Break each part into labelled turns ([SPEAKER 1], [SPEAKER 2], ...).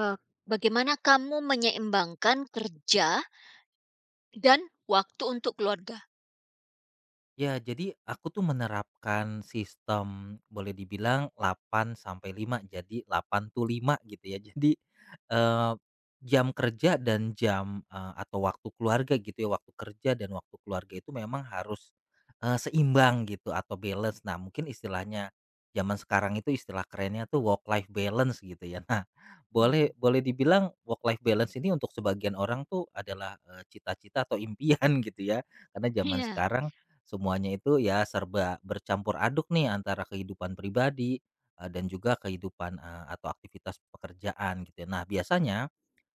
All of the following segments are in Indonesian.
[SPEAKER 1] Eee, bagaimana kamu menyeimbangkan kerja dan waktu untuk keluarga?
[SPEAKER 2] Ya, jadi aku tuh menerapkan sistem boleh dibilang 8 sampai lima. Jadi 8 to 5 gitu ya. Jadi eee, jam kerja dan jam, atau waktu keluarga gitu ya, waktu kerja dan waktu keluarga itu memang harus, seimbang gitu atau balance. Nah, mungkin istilahnya zaman sekarang itu istilah kerennya tuh work life balance gitu ya. Nah, boleh
[SPEAKER 1] Mhm.
[SPEAKER 2] boleh dibilang work life balance ini untuk sebagian orang tuh adalah, cita-cita atau impian gitu ya. Karena zaman
[SPEAKER 1] Iya
[SPEAKER 2] sekarang semuanya itu ya serba bercampur aduk nih antara kehidupan pribadi, dan juga kehidupan, atau aktivitas pekerjaan gitu ya. Nah biasanya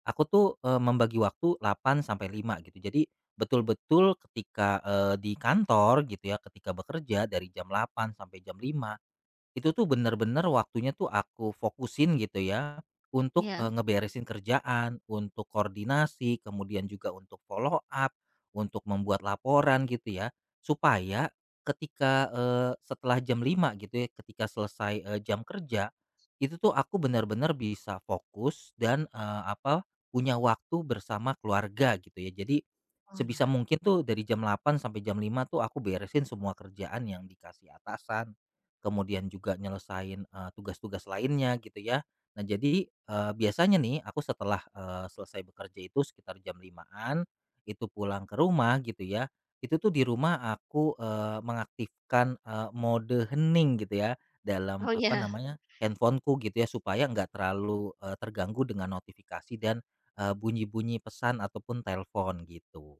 [SPEAKER 2] aku tuh, membagi waktu 8 sampai 5 gitu. Jadi betul-betul ketika, di kantor gitu ya, ketika bekerja dari jam 8 sampai jam 5. Itu tuh bener-bener waktunya tuh aku fokusin gitu ya, untuk,
[SPEAKER 1] iya.
[SPEAKER 2] ngeberesin kerjaan, untuk koordinasi, kemudian juga untuk follow up, untuk membuat laporan gitu ya. Supaya ketika, setelah jam 5 gitu ya, ketika selesai, jam kerja, itu tuh aku benar-benar bisa fokus dan, apa, punya waktu bersama keluarga gitu ya. Jadi,
[SPEAKER 1] Oh
[SPEAKER 2] sebisa
[SPEAKER 1] ya.
[SPEAKER 2] mungkin tuh dari jam 8 sampai jam 5 tuh aku beresin semua kerjaan yang dikasih atasan kemudian juga nyelesain, tugas-tugas lainnya gitu ya. Nah jadi, biasanya nih aku setelah, selesai bekerja itu sekitar jam limaan itu pulang ke rumah gitu ya, itu tuh di rumah aku, mengaktifkan, mode hening gitu ya dalam
[SPEAKER 1] Oh
[SPEAKER 2] apa
[SPEAKER 1] ya.
[SPEAKER 2] namanya, handphone gitu ya supaya nggak terlalu, terganggu dengan notifikasi dan, bunyi-bunyi pesan ataupun telepon gitu.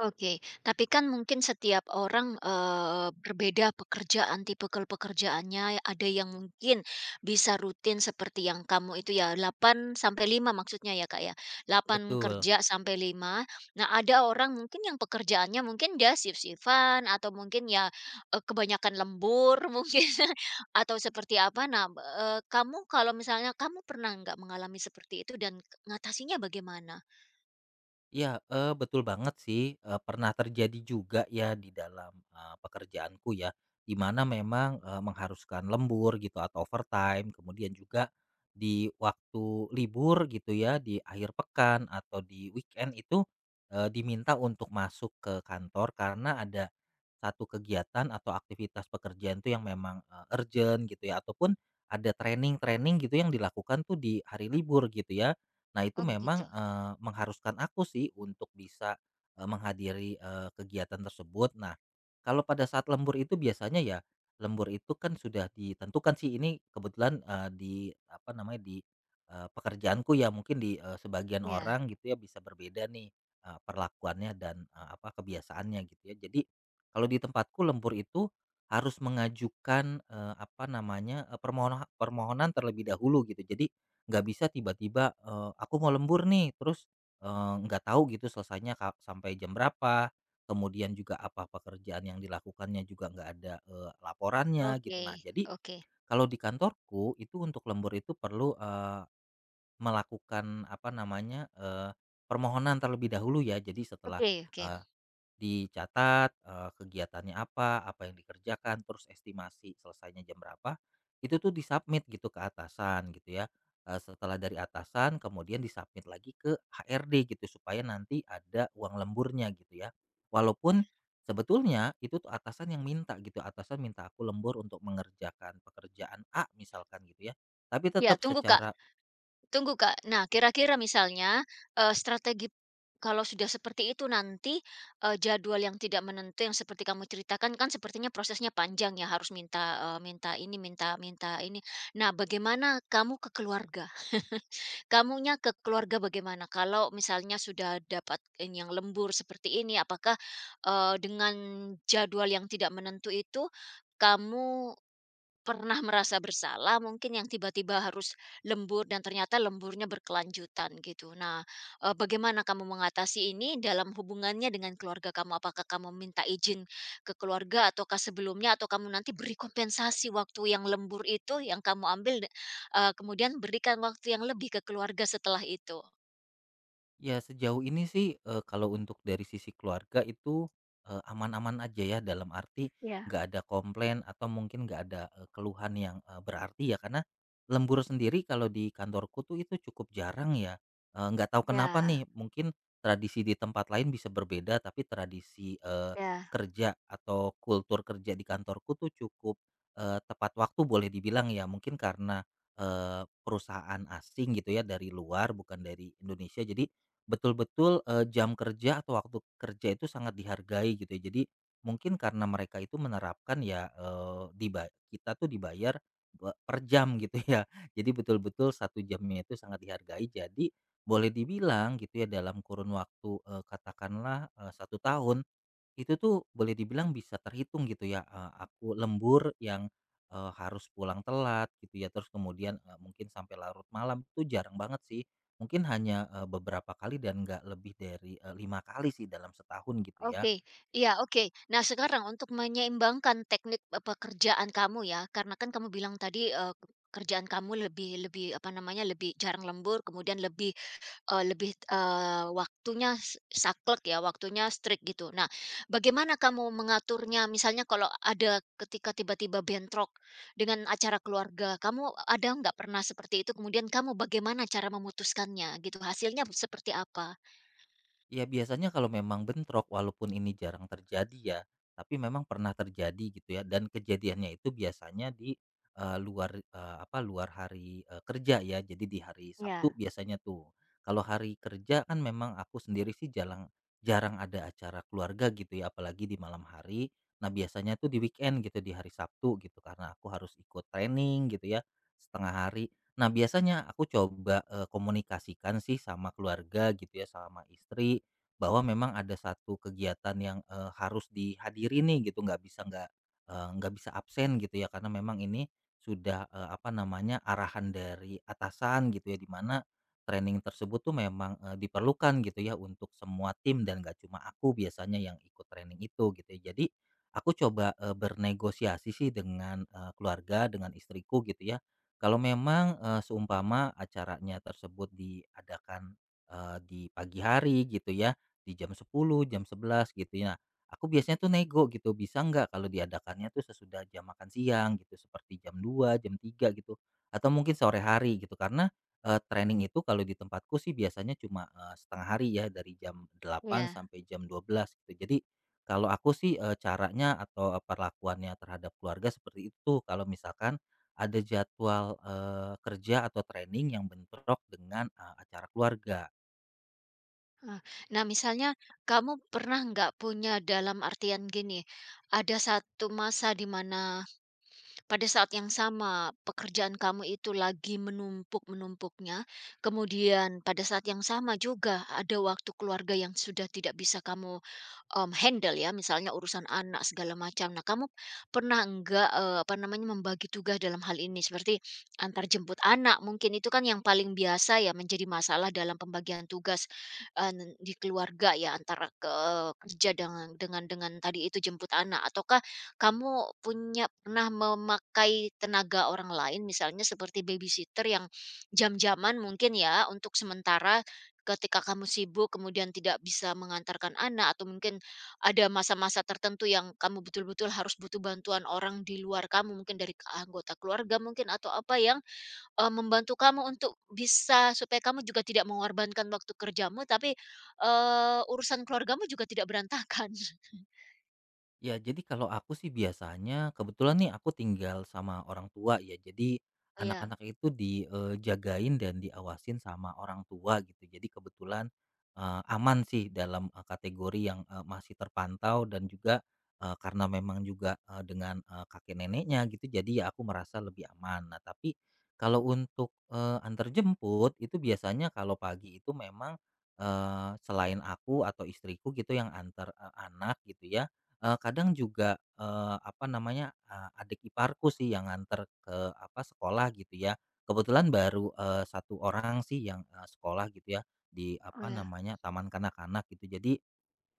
[SPEAKER 1] Oke, tapi kan mungkin setiap orang, berbeda pekerjaan, tipe kel pekerjaannya. Ada yang mungkin bisa rutin seperti yang kamu itu ya, 8 sampai 5 maksudnya ya, Kak, ya? Delapan
[SPEAKER 2] Betul.
[SPEAKER 1] kerja sampai 5. Nah, ada orang mungkin yang pekerjaannya mungkin dia shift shiftan atau mungkin ya, kebanyakan lembur mungkin atau seperti apa. Nah, kamu kalau misalnya kamu pernah nggak mengalami seperti itu dan ngatasinya bagaimana?
[SPEAKER 2] Iya, betul banget sih, pernah terjadi juga ya di dalam, pekerjaanku ya, di mana memang, mengharuskan lembur gitu atau overtime, kemudian juga di waktu libur gitu ya, di akhir pekan atau di weekend itu, diminta untuk masuk ke kantor karena ada satu kegiatan atau aktivitas pekerjaan tuh yang memang, urgent gitu ya, ataupun ada training-training gitu yang dilakukan tuh di hari libur gitu ya. Nah, itu
[SPEAKER 1] Oh begitu.
[SPEAKER 2] memang, mengharuskan aku sih untuk bisa, menghadiri, kegiatan tersebut. Nah, kalau pada saat lembur itu biasanya ya, lembur itu kan sudah ditentukan sih ini kebetulan, di apa namanya, di, pekerjaanku ya mungkin di, sebagian
[SPEAKER 1] Ya.
[SPEAKER 2] orang gitu ya bisa berbeda nih, perlakuannya dan, apa, kebiasaannya gitu ya. Jadi, kalau di tempatku lembur itu harus mengajukan, apa namanya, permohonan terlebih dahulu gitu. Jadi, nggak bisa tiba-tiba, aku mau lembur nih terus, nggak tahu gitu selesainya sampai jam berapa, kemudian juga apa pekerjaan yang dilakukannya juga nggak ada, laporannya gitu.
[SPEAKER 1] Oke
[SPEAKER 2] Nah jadi
[SPEAKER 1] oke.
[SPEAKER 2] kalau di kantorku itu untuk lembur itu perlu, melakukan apa namanya, permohonan terlebih dahulu ya. Jadi setelah,
[SPEAKER 1] Oke.
[SPEAKER 2] eee dicatat, kegiatannya apa, apa yang dikerjakan, terus estimasi selesainya jam berapa, itu tuh disubmit gitu ke atasan gitu ya. Setelah dari atasan kemudian disubmit lagi ke HRD gitu supaya nanti ada uang lemburnya gitu ya. Walaupun sebetulnya itu tuh atasan yang minta gitu, atasan minta aku lembur untuk mengerjakan pekerjaan A misalkan gitu ya, tapi
[SPEAKER 1] Ya
[SPEAKER 2] tetap
[SPEAKER 1] tunggu Kak,
[SPEAKER 2] secara.
[SPEAKER 1] tunggu Kak. Nah kira-kira misalnya, strategi kalau sudah seperti itu nanti, jadwal yang tidak menentu yang seperti kamu ceritakan kan sepertinya prosesnya panjang ya harus minta, minta ini minta minta ini. Nah bagaimana kamu ke keluarga? Kamunya ke keluarga bagaimana? Kalau misalnya sudah dapat ini yang lembur seperti ini apakah, dengan jadwal yang tidak menentu itu, kamu pernah merasa bersalah mungkin yang tiba-tiba harus lembur dan ternyata lemburnya berkelanjutan gitu. Nah, bagaimana kamu mengatasi ini dalam hubungannya dengan keluarga kamu? Apakah kamu minta izin ke keluarga ataukah sebelumnya atau kamu nanti beri kompensasi waktu yang lembur itu yang kamu ambil de, kemudian berikan waktu yang lebih ke keluarga setelah itu?
[SPEAKER 2] Ya sejauh ini sih, kalau untuk dari sisi keluarga itu, aman-aman aja ya dalam arti
[SPEAKER 1] ya
[SPEAKER 2] nggak ada komplain atau mungkin nggak ada, keluhan yang, berarti ya karena lembur sendiri kalau di kantorku tuh itu cukup jarang ya, nggak tahu kenapa
[SPEAKER 1] ya
[SPEAKER 2] nih mungkin tradisi di tempat lain bisa berbeda tapi tradisi,
[SPEAKER 1] ya.
[SPEAKER 2] kerja atau kultur kerja di kantorku tuh cukup, tepat waktu boleh dibilang ya mungkin karena, perusahaan asing gitu ya dari luar bukan dari Indonesia jadi betul-betul, jam kerja atau waktu kerja itu sangat dihargai gitu ya. Jadi mungkin karena mereka itu menerapkan ya, kita tuh dibayar per jam gitu ya. Jadi betul-betul satu jamnya itu sangat dihargai. Jadi boleh dibilang gitu ya dalam kurun waktu, katakanlah, 1 tahun itu tuh boleh dibilang bisa terhitung gitu ya, aku lembur yang, harus pulang telat gitu ya, terus kemudian, mungkin sampai larut malam itu jarang banget sih. Mungkin hanya, beberapa kali dan nggak lebih dari, 5 kali sih dalam setahun gitu ya.
[SPEAKER 1] Oke, iya, oke. Nah, sekarang untuk menyeimbangkan teknik, pekerjaan kamu ya, karena kan kamu bilang tadi, kerjaan kamu lebih lebih, apa namanya, lebih jarang lembur, kemudian lebih, lebih, waktunya s saklek ya, waktunya strict gitu. Nah, bagaimana kamu mengaturnya? Misalnya kalau ada ketika tiba-tiba bentrok dengan acara keluarga, kamu ada nggak pernah seperti itu? Kemudian kamu bagaimana cara memutuskannya gitu? Hasilnya seperti apa?
[SPEAKER 2] Ya biasanya kalau memang bentrok, walaupun ini jarang terjadi ya, tapi memang pernah terjadi gitu ya, dan kejadiannya itu biasanya di, luar, apa, luar hari, kerja ya, jadi di hari
[SPEAKER 1] Ya,
[SPEAKER 2] Sabtu biasanya tuh. Kalau hari kerja kan memang aku sendiri sih jarang jarang ada acara keluarga gitu ya, apalagi di malam hari. Nah, biasanya tuh di weekend gitu, di hari Sabtu gitu, karena aku harus ikut training gitu ya, setengah hari. Nah, biasanya aku coba, komunikasikan sih sama keluarga gitu ya, sama istri bahwa memang ada satu kegiatan yang, harus dihadiri nih gitu, nggak bisa nggak, nggak bisa absen gitu ya karena memang ini sudah, apa namanya, arahan dari atasan gitu ya, di mana training tersebut tuh memang, diperlukan gitu ya untuk semua tim dan nggak cuma aku biasanya yang ikut training itu gitu ya. Jadi aku coba, bernegosiasi sih dengan, keluarga, dengan istriku gitu ya. Kalau memang, seumpama acaranya tersebut diadakan, di pagi hari gitu ya di jam 10 jam 11 gitu ya. Aku biasanya tuh nego gitu, bisa nggak kalau diadakannya tuh sesudah jam makan siang gitu, seperti jam dua jam tiga gitu, atau mungkin sore hari gitu. Karena, training itu kalau di tempatku sih biasanya cuma, setengah hari ya, dari jam delapan
[SPEAKER 1] ya.
[SPEAKER 2] sampai jam 12 gitu. Jadi kalau aku sih, caranya atau, perlakuannya terhadap keluarga seperti itu, kalau misalkan ada jadwal, kerja atau training yang bentrok dengan, acara keluarga.
[SPEAKER 1] Ah, nah misalnya kamu pernah nggak punya dalam artian gini, ada satu masa di mana pada saat yang sama, pekerjaan kamu itu lagi menumpuk-menumpuknya, kemudian pada saat yang sama juga ada waktu keluarga yang sudah tidak bisa kamu, handle ya, misalnya urusan anak segala macam. Nah, kamu pernah enggak, apa namanya, membagi tugas dalam hal ini? Seperti antar jemput anak mungkin, itu kan yang paling biasa ya menjadi masalah dalam pembagian tugas, di keluarga ya, antara ke kerja dengan tadi itu jemput anak ataukah kamu punya pernah memakai tenaga orang lain misalnya seperti babysitter yang jam-jaman mungkin ya untuk sementara ketika kamu sibuk kemudian tidak bisa mengantarkan anak atau mungkin ada masa-masa tertentu yang kamu betul-betul harus butuh bantuan orang di luar kamu mungkin dari ke- anggota keluarga mungkin atau apa yang eh, membantu kamu untuk bisa supaya kamu juga tidak mengorbankan waktu kerjamu tapi eh, urusan keluargamu juga tidak berantakan.
[SPEAKER 2] Ya, jadi kalau aku sih biasanya kebetulan nih aku tinggal sama orang tua ya. Jadi
[SPEAKER 1] Oh ya,
[SPEAKER 2] anak-anak itu dijagain dan diawasin sama orang tua gitu. Jadi kebetulan aman sih dalam kategori yang masih terpantau dan juga karena memang juga dengan kakek neneknya gitu. Jadi ya aku merasa lebih aman. Nah, tapi kalau untuk antar jemput itu biasanya kalau pagi itu memang selain aku atau istriku gitu yang antar anak gitu ya. Kadang juga, apa namanya, adik iparku sih yang nganter ke, apa, sekolah gitu ya. Kebetulan baru, 1 orang sih yang, sekolah gitu ya, di,
[SPEAKER 1] oh
[SPEAKER 2] apa
[SPEAKER 1] ya,
[SPEAKER 2] namanya, taman kanak-kanak gitu. Jadi,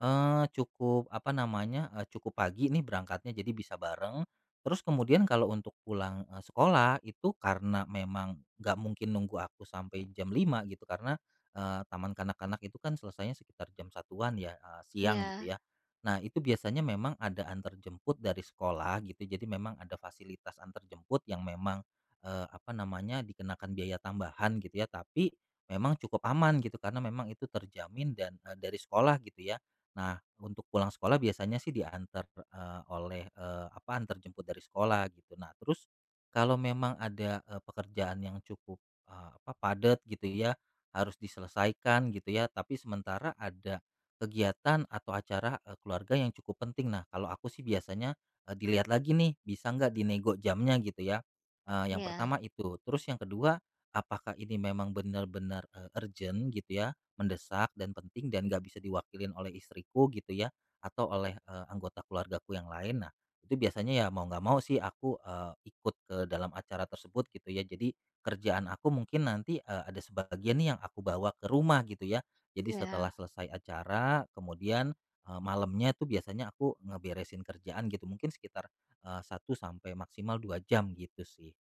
[SPEAKER 2] Cukup apa namanya, cukup pagi nih berangkatnya jadi bisa bareng. Terus kemudian kalau untuk pulang, sekolah itu karena memang nggak mungkin nunggu aku sampai jam lima gitu karena, taman kanak-kanak itu kan selesainya sekitar jam 1.00-an ya, siang
[SPEAKER 1] iya,
[SPEAKER 2] gitu ya. Nah itu biasanya memang ada antar jemput dari sekolah gitu jadi memang ada fasilitas antar jemput yang memang, apa namanya, dikenakan biaya tambahan gitu ya tapi memang cukup aman gitu karena memang itu terjamin dan, dari sekolah gitu ya. Nah, untuk pulang sekolah biasanya sih diantar, oleh, apa, antar jemput dari sekolah gitu. Nah, terus kalau memang ada, pekerjaan yang cukup, apa, padat gitu ya, harus diselesaikan gitu ya, tapi sementara ada kegiatan atau acara, keluarga yang cukup penting. Nah, kalau aku sih biasanya, dilihat lagi nih, bisa nggak dinego jamnya gitu ya. Yang
[SPEAKER 1] iya.
[SPEAKER 2] pertama itu. Terus yang kedua, apakah ini memang benar-benar, urgent gitu ya mendesak dan penting dan nggak bisa diwakilin oleh istriku gitu ya atau oleh anggota keluargaku yang lain. Nah, itu biasanya ya mau nggak mau sih aku, ikut ke dalam acara tersebut gitu ya. Jadi kerjaan aku mungkin nanti, ada sebagian nih yang aku bawa ke rumah gitu ya. Jadi setelah
[SPEAKER 1] Ya,
[SPEAKER 2] selesai acara kemudian, malamnya tuh biasanya aku ngeberesin kerjaan gitu mungkin sekitar, 1 sampai maksimal 2 jam gitu sih.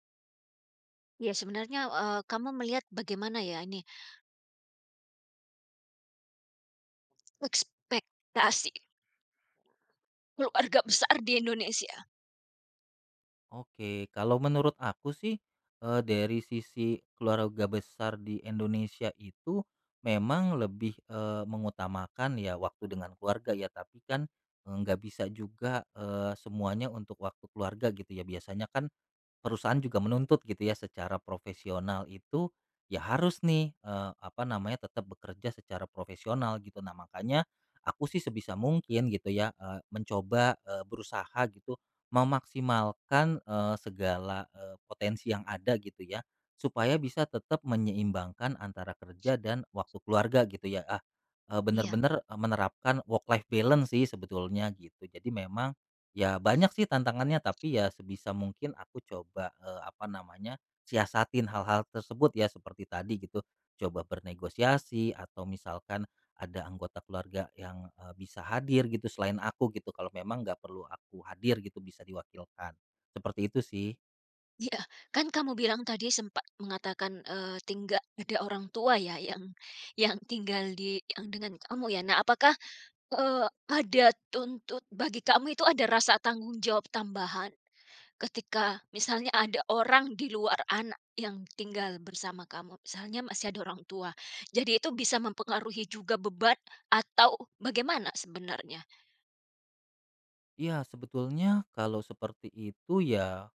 [SPEAKER 1] ya sebenarnya, kamu melihat bagaimana ya ini, ekspektasi keluarga besar di Indonesia?
[SPEAKER 2] Oke, kalau menurut aku sih, dari sisi keluarga besar di Indonesia itu memang lebih, mengutamakan ya waktu dengan keluarga ya, tapi kan, nggak bisa juga, semuanya untuk waktu keluarga gitu ya. Biasanya kan, perusahaan juga menuntut gitu ya secara profesional itu, ya harus nih, apa namanya, tetap bekerja secara profesional gitu. Nah makanya, aku sih sebisa mungkin gitu ya, mencoba, berusaha gitu, memaksimalkan, segala, potensi yang ada gitu ya, supaya bisa tetap menyeimbangkan antara kerja dan waktu keluarga gitu ya,
[SPEAKER 1] Iya
[SPEAKER 2] bener-bener, menerapkan work life balance sih sebetulnya gitu. Jadi memang. Ya banyak sih tantangannya tapi ya sebisa mungkin aku coba, apa namanya, siasatin hal-hal tersebut ya seperti tadi gitu, coba bernegosiasi atau misalkan ada anggota keluarga yang, bisa hadir gitu selain aku gitu kalau memang nggak perlu aku hadir gitu bisa diwakilkan, seperti itu sih.
[SPEAKER 1] iya. Kan kamu bilang tadi sempat mengatakan, tinggal ada orang tua ya yang tinggal di yang dengan kamu ya. Nah apakah, ada tuntut bagi kamu itu ada rasa tanggung jawab tambahan? Ketika misalnya ada orang di luar anak yang tinggal bersama kamu, misalnya masih ada orang tua. Jadi itu bisa mempengaruhi juga beban atau bagaimana sebenarnya?
[SPEAKER 2] Iya sebetulnya kalau seperti itu ya.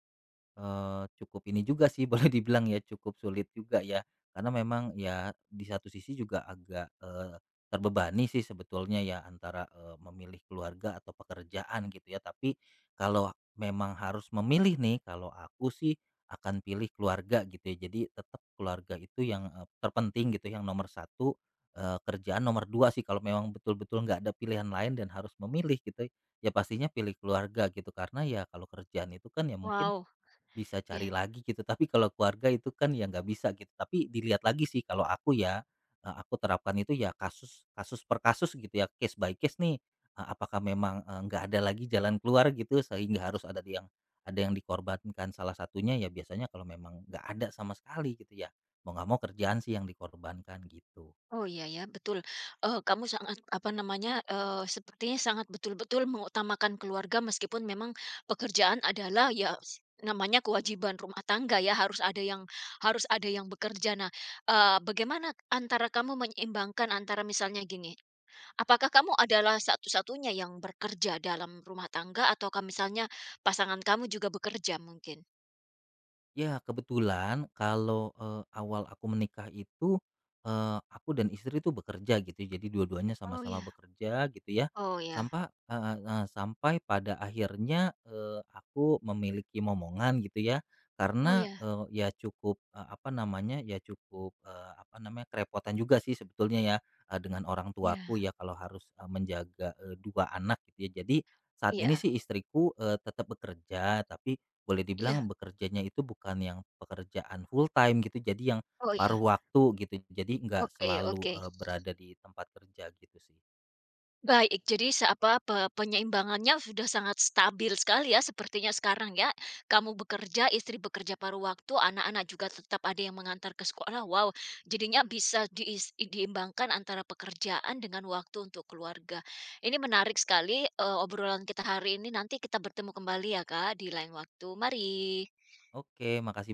[SPEAKER 2] Cukup ini juga sih boleh dibilang ya, cukup sulit juga ya. Karena memang ya di satu sisi juga agak, terbebani sih sebetulnya ya antara, memilih keluarga atau pekerjaan gitu ya. Tapi kalau memang harus memilih nih, kalau aku sih akan pilih keluarga gitu ya. Jadi tetap keluarga itu yang, terpenting gitu, yang nomor satu kerjaan nomor 2 sih kalau memang betul-betul nggak ada pilihan lain dan harus memilih gitu, ya pastinya pilih keluarga gitu. Karena ya kalau kerjaan itu kan ya mungkin
[SPEAKER 1] Wow,
[SPEAKER 2] bisa
[SPEAKER 1] ya.
[SPEAKER 2] cari lagi gitu, tapi kalau keluarga itu kan ya nggak bisa gitu, tapi dilihat lagi sih kalau aku ya, aku terapkan itu ya kasus kasus per kasus gitu ya, case by case nih, apakah memang, nggak ada lagi jalan keluar gitu sehingga harus ada yang dikorbankan salah satunya ya biasanya kalau memang nggak ada sama sekali gitu ya, mau nggak mau kerjaan sih yang dikorbankan gitu.
[SPEAKER 1] Oh, iya ya, betul. Kamu sangat, apa namanya, sepertinya sangat betul-betul mengutamakan keluarga meskipun memang pekerjaan adalah ya s namanya kewajiban rumah tangga ya, harus ada yang bekerja. Nah, bagaimana antara kamu menyeimbangkan antara misalnya gini, apakah kamu adalah satu-satunya yang bekerja dalam rumah tangga ataukah misalnya pasangan kamu juga bekerja mungkin?
[SPEAKER 2] Ya, kebetulan kalau, awal aku menikah itu, aku dan istri itu bekerja gitu, ya, jadi dua-duanya
[SPEAKER 1] Oh
[SPEAKER 2] sama-sama
[SPEAKER 1] ya.
[SPEAKER 2] bekerja gitu ya,
[SPEAKER 1] Oh ya,
[SPEAKER 2] sampa heeh heeh, sampai pada akhirnya, aku memiliki momongan gitu ya,
[SPEAKER 1] oh
[SPEAKER 2] karena,
[SPEAKER 1] ya,
[SPEAKER 2] ya cukup, apa namanya, ya cukup, apa namanya, kerepotan juga sih sebetulnya ya, dengan orang tuaku
[SPEAKER 1] ya,
[SPEAKER 2] ya kalau harus, menjaga, 2 anak gitu ya. Jadi saat ini
[SPEAKER 1] iya
[SPEAKER 2] sih istriku, tetap bekerja tapi boleh dibilang
[SPEAKER 1] iya,
[SPEAKER 2] bekerjanya itu bukan yang pekerjaan full time gitu, jadi yang
[SPEAKER 1] oh ya,
[SPEAKER 2] paruh waktu gitu. Jadi nggak
[SPEAKER 1] oke
[SPEAKER 2] selalu,
[SPEAKER 1] oke.
[SPEAKER 2] berada di tempat kerja gitu sih.
[SPEAKER 1] Baik, jadi se apa, pe penyeimbangannya sudah sangat stabil sekali ya sepertinya sekarang ya. Kamu bekerja, istri bekerja paruh waktu, anak-anak juga tetap ada yang mengantar ke sekolah. Wow, jadinya bisa diis diimbangkan antara pekerjaan dengan waktu untuk keluarga. Ini menarik sekali, obrolan kita hari ini. Nanti kita bertemu kembali ya, Kak, di lain waktu. Mari.
[SPEAKER 2] Oke, makasih.